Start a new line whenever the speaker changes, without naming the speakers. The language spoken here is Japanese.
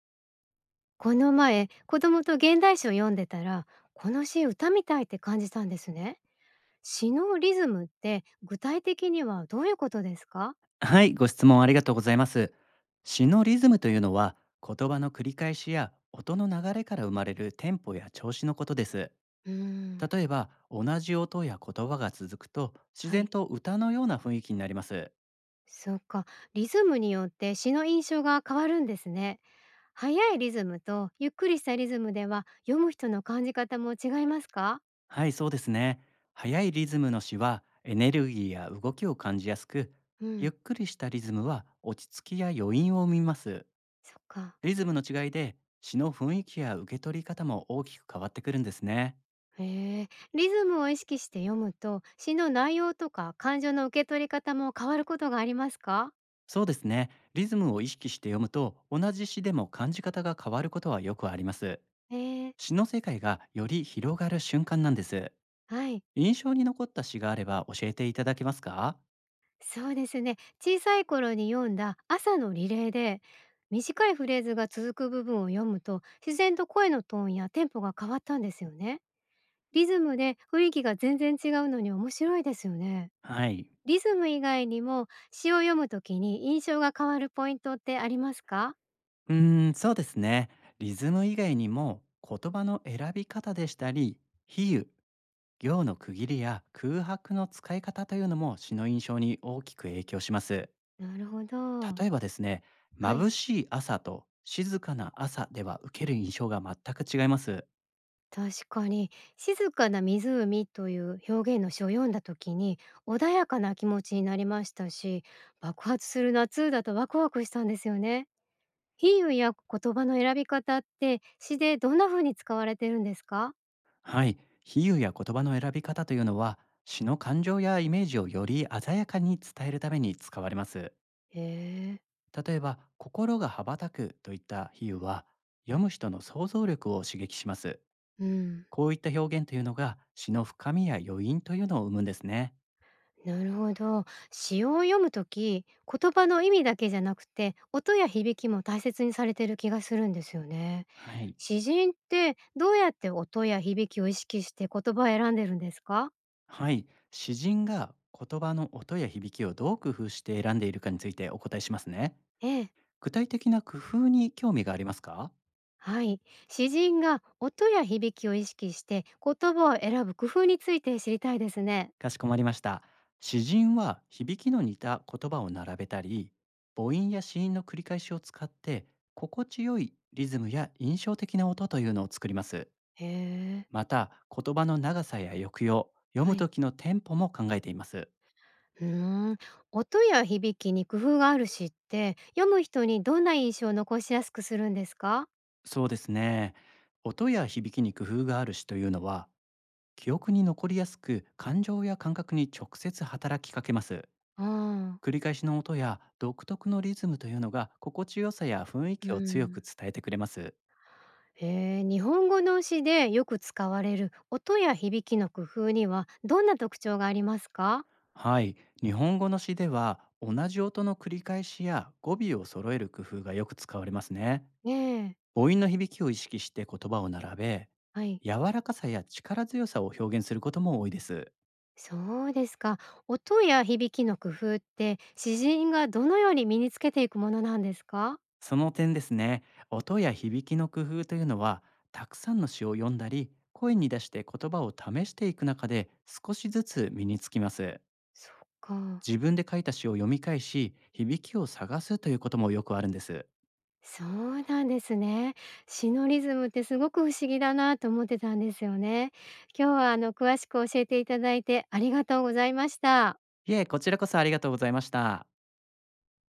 この前、子供と現代詩を読んでたら、この詩歌みたいって感じたんですね。詩のリズムって具体的にはどういうことですか？
はい、ご質問ありがとうございます。詩のリズムというのは、言葉の繰り返しや音の流れから生まれるテンポや調子のことです。
うーん。
例えば、同じ音や言葉が続くと、自
は
然
い。
と歌のような雰囲気になります。
そっか。リズムによって詩の印象が変わるんですね。速いリズムとゆっくりしたリズムでは読む人の感じ方も違いますか？
はい、そうですね。速いリズムの詩は、エネルギーや動きを感じやすく、
う
ゆっ
ん。
くりしたリズムは落ち着きや余韻を生みます。
そっか。
リズムの違いで、詩の雰囲気や受け取り方も大きく変わってくるんですね。
へえ、リズムを意識して読むと詩の内容とか感情の受け取り方も変わることがありますか？
そうですね。リズムを意識して読むと、同じ詩でも感じ方が変わることはよくあります。
ええ。
詩の世界がより広がる瞬間なんです。
はい。
印象に残った詩があれば教えていただけますか？
そうですね。小さい頃に読んだ朝のリレーで、短いフレーズが続く部分を読むと、自然と声のトーンやテンポが変わったんですよね。リズムで雰囲気が全然違うのに面白いですよね。
はい。
リズム以外にも詩を読むときに印象が変わるポイントってありますか？
うーん、そうですね。リズム以外にも、言葉の選び方でしたり、比喩、行の区切りや空白の使い方というのも詩の印象に大きく影響します。
なるほど。
例えばですね、
は
眩
い。
しい朝と静かな朝では受ける印象が全く違います。
確かに「静かな湖」という表現の詩を読んだ時に穏やかな気持ちになりましたし、爆発する夏だとワクワクしたんですよね。比喩や言葉の選び方って詩でどんな風に使われてるんですか？
はい、比喩や言葉の選び方というのは詩の感情やイメージをより鮮やかに伝えるために使われます。
へえ。
例えば「心が羽ばたく」といった比喩は読む人の想像力を刺激します。
うん。
こういった表現というのが詩の深みや余韻というのを生むんですね。
なるほど。詩を読む時、言葉の意味だけじゃなくて音や響きも大切にされてる気がするんですよね。
はい、
詩人ってどうやって音や響きを意識して言葉を選んでるんですか？
はい、詩人が言葉の音や響きをどう工夫して選んでいるかについてお答えしますね。
ええ、
具体的な工夫に興味がありますか？
はい。詩人が音や響きを意識して言葉を選ぶ工夫について知りたいですね。
かしこまりました。詩人は響きの似た言葉を並べたり、母音や子音の繰り返しを使って、心地よいリズムや印象的な音というのを作ります。
へえ。
また、言葉の長さや抑揚、読
は
む
い。
時のテンポも考えています。
うーん。音や響きに工夫がある詩って読む人にどんな印象を残しやすくするんですか？
そうですね。音や響きに工夫がある詩というのは、記憶に残りやすく感情や感覚に直接働きかけます。
ああ。
繰り返しの音や独特のリズムというのが心地よさや雰囲
う
気を強
ん。
く伝えてくれます。
へえ、日本語の詩でよく使われる音や響きの工夫にはどんな特徴がありますか？
はい、日本語の詩では同じ音の繰り返しや語尾を揃える工夫がよく使われますね。
ええ、
母音の響きを意識して言葉を並べ、
はい。
柔らかさや力強さを表現することも多いです。
そうですか。音や響きの工夫って詩人がどのように身につけていくものなんですか？
その点ですね、音や響きの工夫というのは、たくさんの詩を読んだり、声に出して言葉を試していく中で少しずつ身につきます。
そっか。
自分で書いた詩を読み返し、響きを探すということもよくあるんです。
そうなんですね。詩のリズムってすごく不思議だなと思ってたんですよね。今日は詳しく教えていただいてありがとうございました。
いえ、こちらこそありがとうございました。